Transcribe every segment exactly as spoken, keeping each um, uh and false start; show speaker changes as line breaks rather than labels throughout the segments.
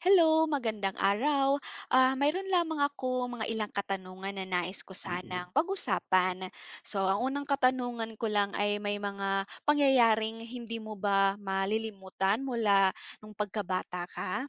Hello, magandang araw. Ah, mayroon lamang ako mga ilang katanungan na nais ko
Mm.
sanang pag-usapan. So, ang unang katanungan ko lang ay may mga pangyayaring hindi mo ba malilimutan mula nung pagkabata ka?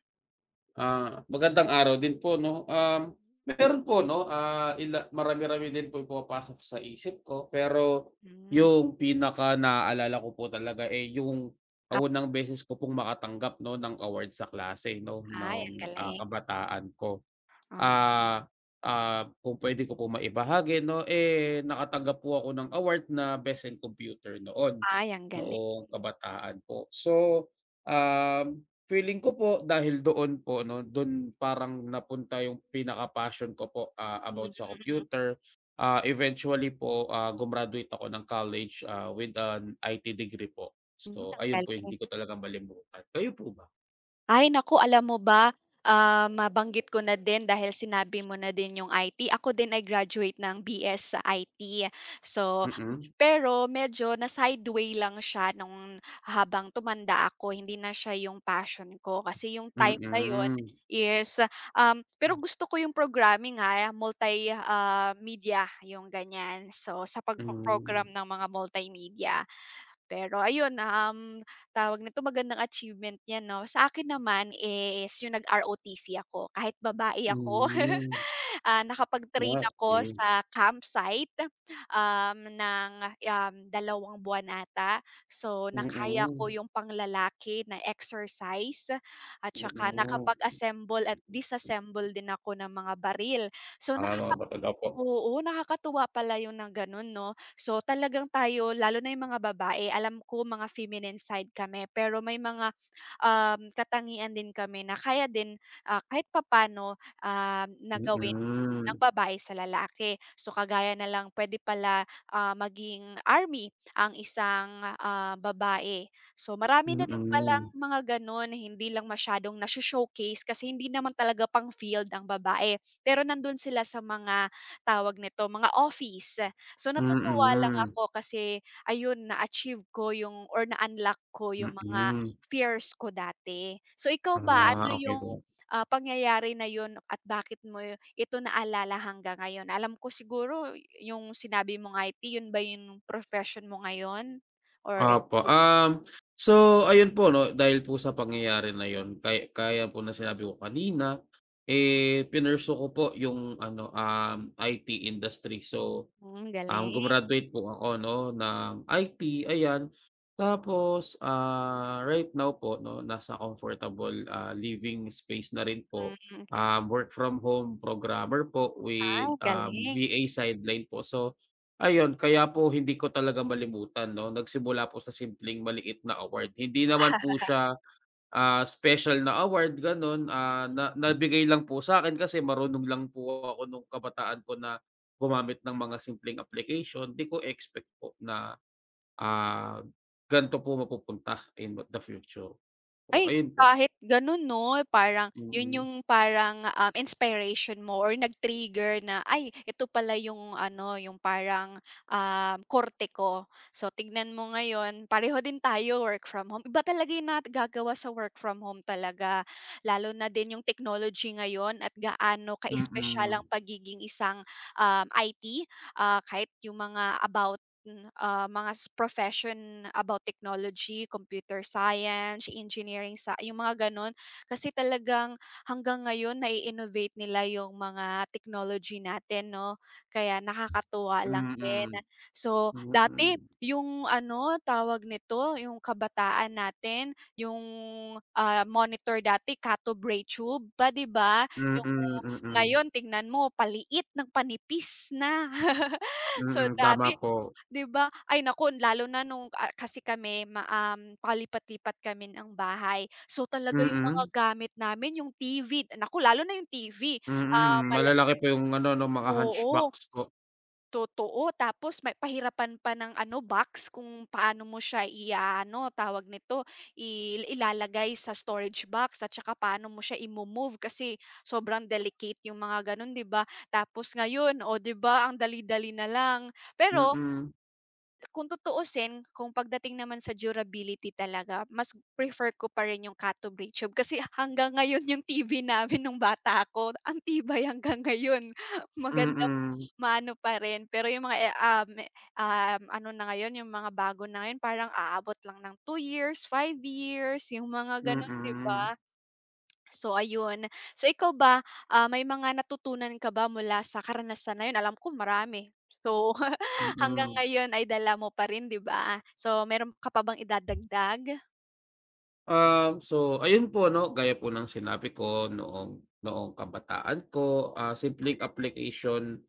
Ah, magandang araw din po 'no. Um, meron po 'no, ah, ila marami-rami din po yung pumapasok sa isip ko, pero
Hmm,
yung pinaka pinakanaalala ko po talaga, eh, yung, ah, unang beses ko pong makatanggap 'no ng award sa klase 'no,
ay, ang
ng ah,
galing.
kabataan ko.
Um,
Ah, ah, kung pwede ko po maibahagi 'no, eh, nakatanggap po ako ng award na Best in Computer noon,
ay, ang galing.
noong kabataan po. So, um, feeling ko po dahil doon po 'no, do'n parang napunta yung pinaka-passion ko po, ah,
Hmm,
about sa computer. Ah, eventually po, ah, gumraduate ako ng college, ah, with an I T degree po.
ang
So, ayun po yung
galing.
hindi ko talaga malimutan. Kayo po ba?
Ay naku, alam mo ba, ah, mabanggit ko na din dahil sinabi mo na din yung I T. Ako din ay graduate ng B S sa I T. So,
Mm,
pero medyo na-sideway lang siya nung habang tumanda ako, hindi na siya yung passion ko kasi yung time na yun
mm,
is, um pero gusto ko yung programming, ha, multi ah, media yung ganyan. So, sa
hmm.
pagpo-program ng mga multimedia. Pero ayun, um, tawag nito, magandang achievement niya 'no. Sa akin naman is yung nag-R O T C ako, kahit babae ako,
Hmm,
ah, nakapag-train ako
okey.
sa campsite, um, ng, um, dalawang buwan ata. So, nakaya ko
Mm,
yung panglalaki na exercise at saka
mm.
nakapag-assemble at disassemble din ako ng mga baril. So,
Tama
nakaka
ka talaga po.
oo, nakakatuwa pala yun na ganun 'no. So, talagang tayo lalo na yung mga babae, alam ko mga feminine side kami, pero may mga, um, katangian din kami na kaya din, ah, kahit papaano, um, na ng
Mm,
babae sa lalaki. So, kagaya na lang pwede pala, ah, maging army ang isang, ah, babae. So, marami na din palang
mm,
mga gano'n, hindi lang masyadong naso-showcase kasi hindi naman talaga pang-field ang babae, pero nandun sila sa mga tawag nito, mga office. So natutuwa lang
mm,
ako kasi ayun na-achieve ko yung or na-unlock ko yung mga
mm.
fears ko dati. So ikaw ba,
Ah,
ano
okey
yung,
po.
ah, pangyayari na yun at bakit mo y- ito naalala hanggang ngayon? Alam ko siguro y- yung sinabi mong I T, yun ba yung profession mo ngayon? Or
Opo, um, so ayun po 'no, dahil po sa pangyayari na yun kaya gaya po ng sinabi ko kanina, eh, pinursue ko po yung ano, um, I T industry. So.
hmm,
Um,
galing,
gumraduate po ako 'no ng I T, ayan. Tapos, ah, right now po 'no, nasa comfortable, ah, living space na rin po.
hmm.
Um, work from home programmer po
Ay,
with, um,
galing.
V A sideline po. So, ayun kaya po hindi ko talaga malimutan 'no, nagsimula po sa simpleng maliit na award. Hindi naman po siya Ah, special na award gano'n, ah, na nabigay lang po sa akin kasi marunong lang po ako nung kabataan ko na gumamit ng mga simpleng application, 'di ko expect po na, ah, ganito po mapupunta in the future. So
Ay,
ayun po.
kahit gano'n 'no, parang 'yun
Mm.
yung parang, um, inspiration mo or nag-trigger na, "Ay ito pala yung ano, yung parang, um, korte ko." So tignan mo ngayon, pareho din tayo work from home. Iba talaga yung nagagawa sa work from home talaga, lalo na din yung technology ngayon at gaano ka-espesyal ang
Mm.
pagiging isang, um, I T, ah, kahit yung mga about Hmm, ah, mga s profession about technology, computer science, engineering sa yung mga gano'n. Kasi talagang hanggang ngayon nai-innovate nila yung mga technology natin 'no, kaya nakakatuwa lang din.
Mm.
So, dati
Mm.
yung ano, tawag nito, yung kabataan natin, yung, ah, monitor dati Cathode ray tube pa, 'di ba? Yung
Mm, mm.
ngayon tingnan mo paliit ng panipis na. So,
Mm, tama
dati.
po.
'Di ba? Ay naku, lalo na nung ah, kasi kami ma um, palipat-lipat kami ng bahay. So, talaga yung mga
Mm.
gamit namin yung T V, naku lalo na yung T V, ah,
Mm,
mala
malalaki po yung ano 'no, mga
oo,
hunchbacks po.
totoo. Tapos may pahirapan pa ng ano, box kung paano mo siya i-aano, tawag nito, i ilalagay sa storage box at saka paano mo siya i move kasi sobrang delicate yung mga gano'n, 'di ba? Tapos ngayon, o 'di ba ang dali-dali na lang. Pero
Mm.
kung tutuusin, kung pagdating naman sa durability talaga, mas prefer ko pa rin yung Katobray tube kasi hanggang ngayon yung T V namin nung bata ako, ang tibay hanggang ngayon. Maganda,
Mm.
maano pa rin. Pero yung mga, eh, um, eh, um, ano na ngayon, yung mga bago na ngayon, parang aabot lang ng two years, five years, yung mga gano'n, 'di
Mm.
ba? So ayun. So ikaw ba, ah, may mga natutunan ka ba mula sa karanasan na yun? Alam ko marami. So hanggang
Mm.
ngayon ay dala mo pa rin, 'di ba? So meron ka pa bang idadagdag?
Um, so ayun po 'no, gaya po ng sinabi ko noong noong kabataan ko, ah, simpleng application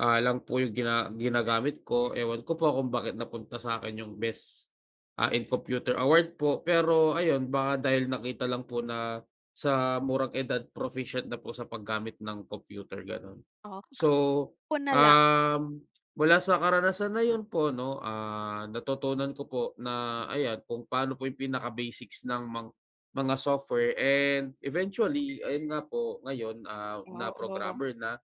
Ah, lang po yung gina ginagamit ko, ewan ko po kung bakit napunta sa akin yung Best, ah, in Computer award po. Pero ayun, baka dahil nakita lang po na sa murang edad proficient na po sa paggamit ng computer, gano'n.
Oh,
So,
ako na lang.
um, mula sa karanasan na yun po 'no, ah, natutunan ko po na ayan, kung paano po yung pinaka-basics ng mang mga software and eventually ayun nga po, ngayon, ah,
Oo,
na
oo.
programmer na,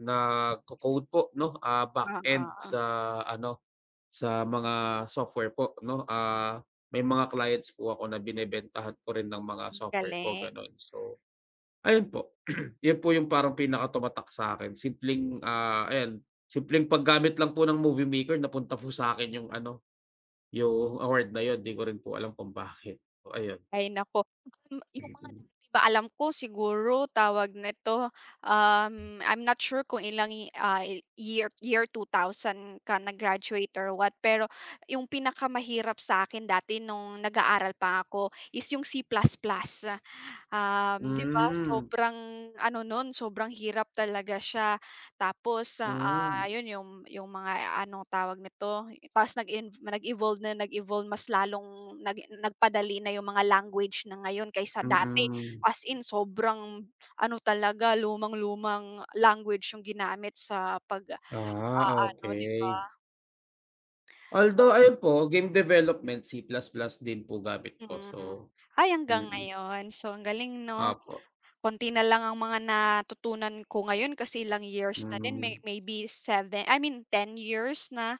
nagco-code po 'no, ah, back end
Oo,
sa ano, sa mga software po 'no. Ah, may mga clients po ako na binebentahan ko rin ng mga
ang
software ko
galing.
gano'n. So, ayun po, yun po yung parang pinakatumatak sa'kin simpleng, ah, ayan simpleng paggamit lang po ng movie maker napunta po sa akin yung ano, yung award na yun, 'di ko rin po alam kung bakit. So ayun.
Ay naku, um, yung mga dati
Mm.
ba alam ko siguro tawag nito, um, I'm not sure kung ilang, y- ah, i- year year two thousand ka nag-graduate or what, pero yung pinakamahirap sa akin dati nung nag-aaral pa ako is yung C++. Um, 'di ba
Hmm,
sobrang ano nun, sobrang hirap talaga siya. Tapos, ah,
mm.
yun yung yung mga ano, tawag nito. Ta's nag-inv nag-evolve na nag-evolve mas lalong nag nagpadali na yung mga language na ngayon kaysa dati.
Mm.
As in sobrang ano talaga lumang-lumang language yung ginamit sa pag
Ah,
ah, ano 'di
okay.
ba? So
Although ayun po, game development, C++ plus plus din po gamit ko. So
mm. Ay hanggang
mm,
ngayon. So ang galing 'no?
opo.
Konti na lang ang mga natutunan ko ngayon kasi ilang years na din, may
Hmm,
maybe seven I mean ten years na,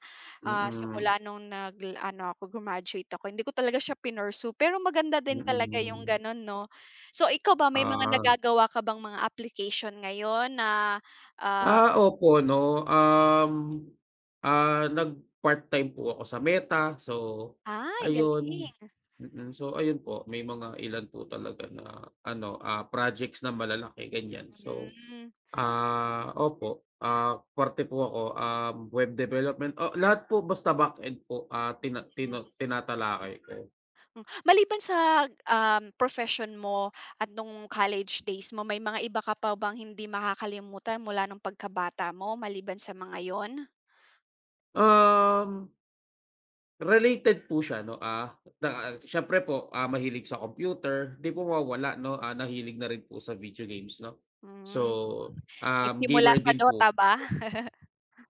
ah,
mm,
simula nung nag-ano ako, grumaduate ako. Hindi ko talaga siya pinursue, pero maganda din talaga yung
mm.
gano'n 'no. So, ikaw ba may mga
Ah.
nagagawa ka bang mga application ngayon na, ah,
Ah, opo 'no, um, ah, nag-part-time po ako sa Meta. So
ay
ayun,
galing.
mm. So ayun po, may mga ilan po talaga na ano, ah, projects na malalaki, ganyan. So.
Hmm,
Ah, opo, ah, fuerte po ako, um, web development oh lahat po basta backend po, ah, tina
hmm.
tina tinatalakay ko.
Hmm, maliban sa, um, profession mo at nung college days mo, may mga iba ka pa bang hindi makakalimutan mula nung pagkabata mo maliban sa mga yon.
Um, Related po siya 'no, ah, na siyempre po, ah, mahilig sa computer, 'di po mawawala 'no, ah, nahilig na rin po sa video games 'no. So,
Hmm,
um,
nagsimula
gamer
sa
din po.
Dota ba?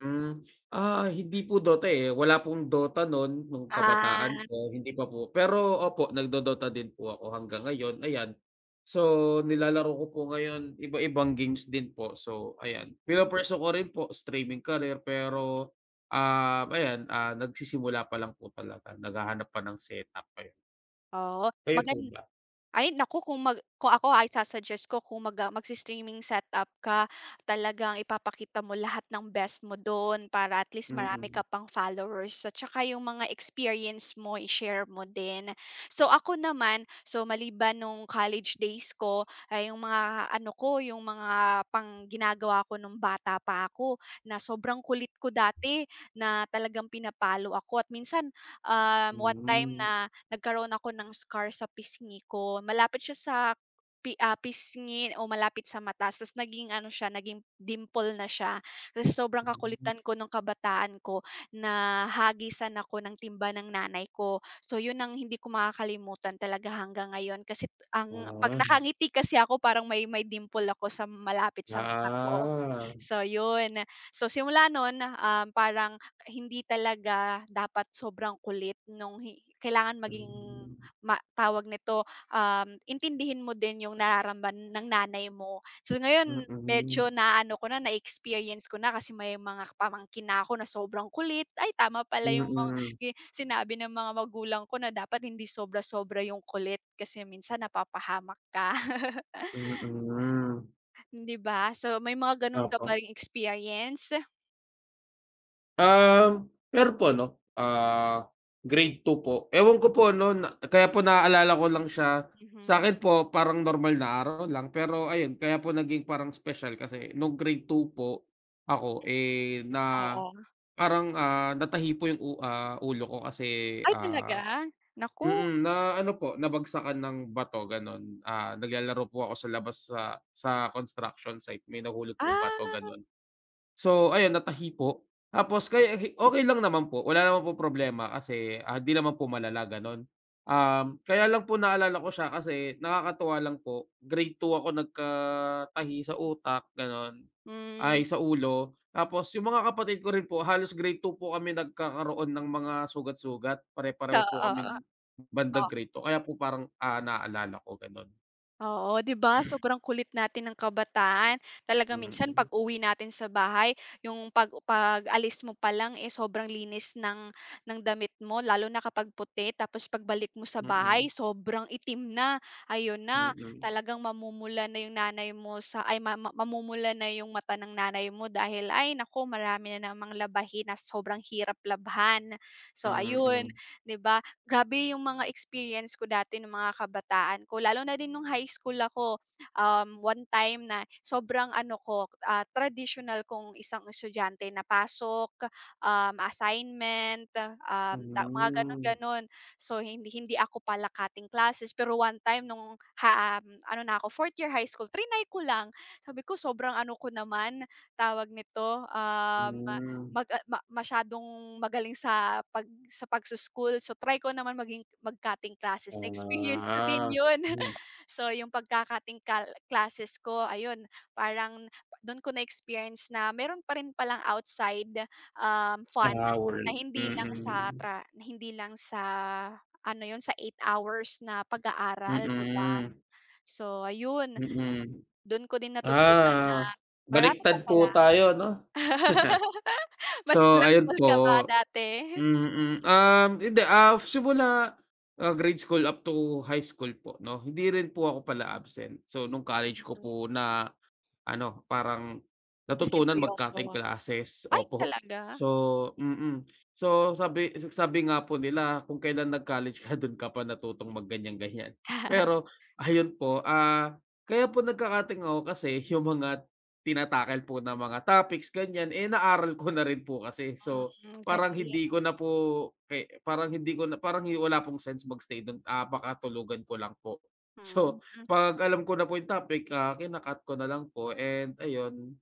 Hmm. Ah, hindi po Dota, eh, wala pong Dota nun nung
Ah,
kabataan ko, hindi pa po. Pero opo, nagdo-Dota din po ako hanggang ngayon, ayan. So, nilalaro ko po ngayon iba-ibang games din po, so ayan.
mm.
Pinopursue ko rin po streaming career pero, um, ayan, ah, nagsisimula pa lang po talaga, naghahanap pa ng setup, ayun.
Oo,
Kayo
magan
po ba?
ay naku, kung mag kung ako ay sasuggest ko kung mag, ah, magsi-streaming setup ka, talagang ipapakita mo lahat ng best mo dun para at least marami ka
Mm.
pang followers at saka yung mga experience mo i-share mo din. So ako naman, so maliban nung college days ko, ay yung mga ano ko, yung mga pang ginagawa ko nung bata pa ako na sobrang kulit ko dati na talagang pinapalo ako at minsan, um, one time
Hmm,
na nagkaroon ako ng scar sa pisngi ko. Malapit siya sa pi ah, pisngi o malapit sa mata ta's naging ano siya, naging dimple na siya. Ta's sobrang
hmm,
kakulitan ko nung kabataan ko na hagisan ako ng timba ng nanay ko. So, yun ang hindi ko makakalimutan talaga hanggang ngayon kasi t- ang 'pag
ah,
nakangiti kasi ako parang may may dimple ako sa malapit sa mata ko.
ah,
So, yun. So, simula nun, um, parang hindi talaga dapat sobrang kulit nung hi kailangan maging
hmm,
ma tawag nito, um, intindihin mo din yung nararamdaman ng nanay mo. So ngayon
mm,
medyo na ano ko na, na-experience ko na kasi may mga pamangkin na ako na sobrang kulit. Ay tama pala yung mga
mm.
gi sinabi ng mga magulang ko na dapat hindi sobra-sobra yung kulit kasi minsan napapahamak ka,
Mm,
'di ba? So may mga gano'n ka
opo.
ba ring experience?
Um, Pero po ano, ah, grade two po. Ewan ko po ano na kaya po naalala ko lang siya. Sa
Mhm,
akin po parang normal na araw lang pero ayun kaya po naging parang special kasi nung grade two po ako, eh, na
oo.
parang, ah, natahi po yung u ah, ulo ko kasi,
Ay talaga?
ah
Naku.
mm, na ano po nabagsakan ng bato gano'n. Ah, naglalaro po ako sa labas sa sa construction site may nahulog pong bato
Ah,
gano'n. So, ayun natahi po. Tapos kaya hi okey lang naman po, wala naman po problema kasi, ah, 'di naman po malala gano'n. Um, kaya
Hmm,
lang po naalala ko siya kasi nakakatuwa lang po, grade two ako nagkatahi sa utak gano'n,
hmm.
ay sa ulo. Tapos yung mga kapatid ko rin po halos grade two po kami nagkakaroon ng mga sugat-sugat, pare-pareho po
Oo.
kami bandang
Oh,
grade two kaya po parang, ah, naalala ko gano'n.
oo, 'di ba sobrang kulit natin ng kabataan. Talagang minsan
Mm,
pag-uwi natin sa bahay, yung pag pag-alis mo pa lang, eh, sobrang linis ng ng damit mo lalo na kapag puti tapos pagbalik mo sa
mm,
bahay sobrang itim na. Ayun na,
mm,
talagang mamumula na yung nanay mo sa ay ma ma mamumula na yung mata ng nanay mo dahil, "Ay nako marami na namang labahin na sobrang hirap labhan." So ayun,
mm,
'di ba? Grabe yung mga experience ko dati nung mga kabataan ko, lalo na din nung high school ako. Um, one time na sobrang ano ko, ah, traditional kong isang estudyante na pasok, um, assignment, um, ta- mga
hmm.
ganon-ganon. So, hindi, hindi ako pala cutting classes. Pero one time nung, ha, um, ano na ako, fourth year high school, trinay ko lang. Sabi ko, sobrang ano ko naman, tawag nito, um,
Hmm,
Mag ah, ma masyadong magaling sa pag sa pagso-school, so try ko naman maging mag-cutting classes. Na-experience ko din
ah,
'yun.
hmm,
So, yung pagka-cutting cal classes ko ayun, parang dun ko na-experience na meron pa rin palang outside, um, fun
tahawul,
na hindi lang sa
mm,
tra na hindi lang sa ano 'yun, sa eight hours na pag-aaral, 'di ba?
mm,
So ayun,
mm.
dun ko din natutunan na
Ah,
marami ka
baliktad po
pala.
tayo 'no?
Mas
So, ayun
bulakbol
po,
ka ba dati?
mm, um, hindi, ah, simula, ah, grade school up to high school po 'no, hindi rin po ako pala absent. So, nung college ko
Mhm.
po na ano, parang
Na
natutunan
seryoso?
magcutting classes,
Ay
opo.
talaga?
So. Mm. So sabi sabi nga po nila kung kailan nag-college ka dun ka pa natutong mag ganyan. Pero ayun po, ah, kaya po nagka ako kasi yung mga tina po na mga topics ganyan, eh, naaral ko na rin po kasi. So
Mm,
parang
galing.
hindi ko na po eh parang hindi ko na parang hi- wala pong sense magstay stay dun, ah, baka tulugan ko lang po. So
Mm,
'pag alam ko na po yung topic, ah, kina-cut ko na lang po and ayun,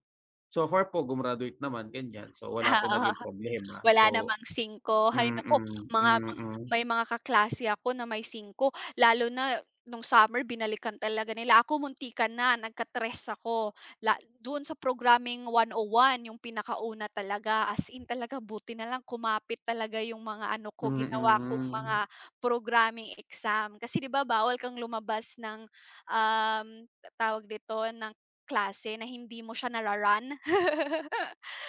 so far po gumraduate naman ganyan, so wala po naging problema.
Wala
So
namang singko, hay
mm,
naku, mga ma
mm.
may mga kaklase ako na may singko, lalo na nung summer binalikan talaga nila. Ako muntikan na, nagkatres ako. La doon sa programming one oh one yung pinakauna talaga, as in talaga buti na lang kumapit talaga yung mga ano ko, ginawa kong mga
Mm.
programming exam. Kasi 'di ba bawal kang lumabas ng, um, tawag dito, ng klase na hindi mo siya nara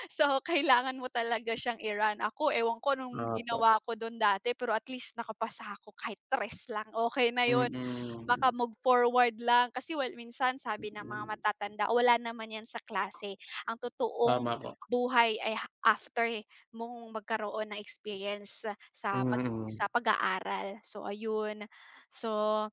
So, kailangan mo talaga siyang i-run. Ako, ewan ko anong
Opo,
ginawa ko dun dati, pero at least nakapasa ako kahit tres lang, okay na yun. Maka
mm.
forward lang kasi well, minsan sabi ng mga
Mm.
matatanda, "Wala naman yan sa klase." Ang totoong
Tama po.
buhay ay ha after mong magkaroon ng experience sa pag
Mm.
sa pag-aaral. So, ayun. So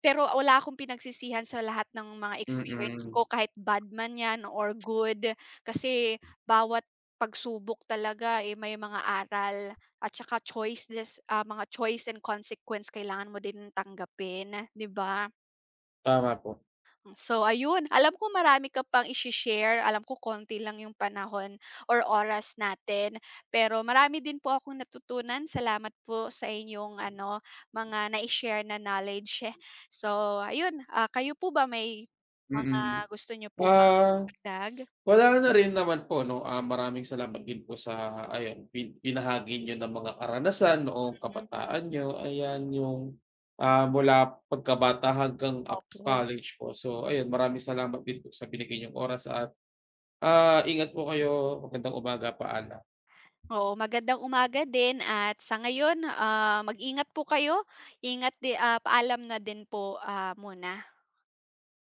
pero wala akong pinagsisihan sa lahat ng mga experience
Mm.
ko kahit bad man 'yan or good, kasi bawat pagsubok talaga, eh, may mga aral at saka choices ah, mga choice and consequence kailangan mo din tanggapin, 'di ba?
Tama po.
So ayun, alam ko marami ka pang ishi-share, alam ko konti lang yung panahon or oras natin, pero marami din po akong natutunan. Salamat po sa inyong ano, mga na share na knowledge. So ayun, ah, kayo po ba may mga
Mm.
gusto niyo po bang
Ah.
idagdag?
Wala na rin naman po 'no, ah, maraming salamat din po sa ayan bin binahagi niyo ng mga karanasan noong
Mhm,
kabataan niyo, ayan yung, ah, mula pagkabata hanggang up to
opo.
college po. So ayun, maraming salamat din po sa binigay niyong oras at, ah, ingat po kayo. Magandang umaga, paalam.
Oo, magandang umaga din at sa ngayon, ah, mag-ingat po kayo. Ingat di ah, paalam na din po, ah, muna.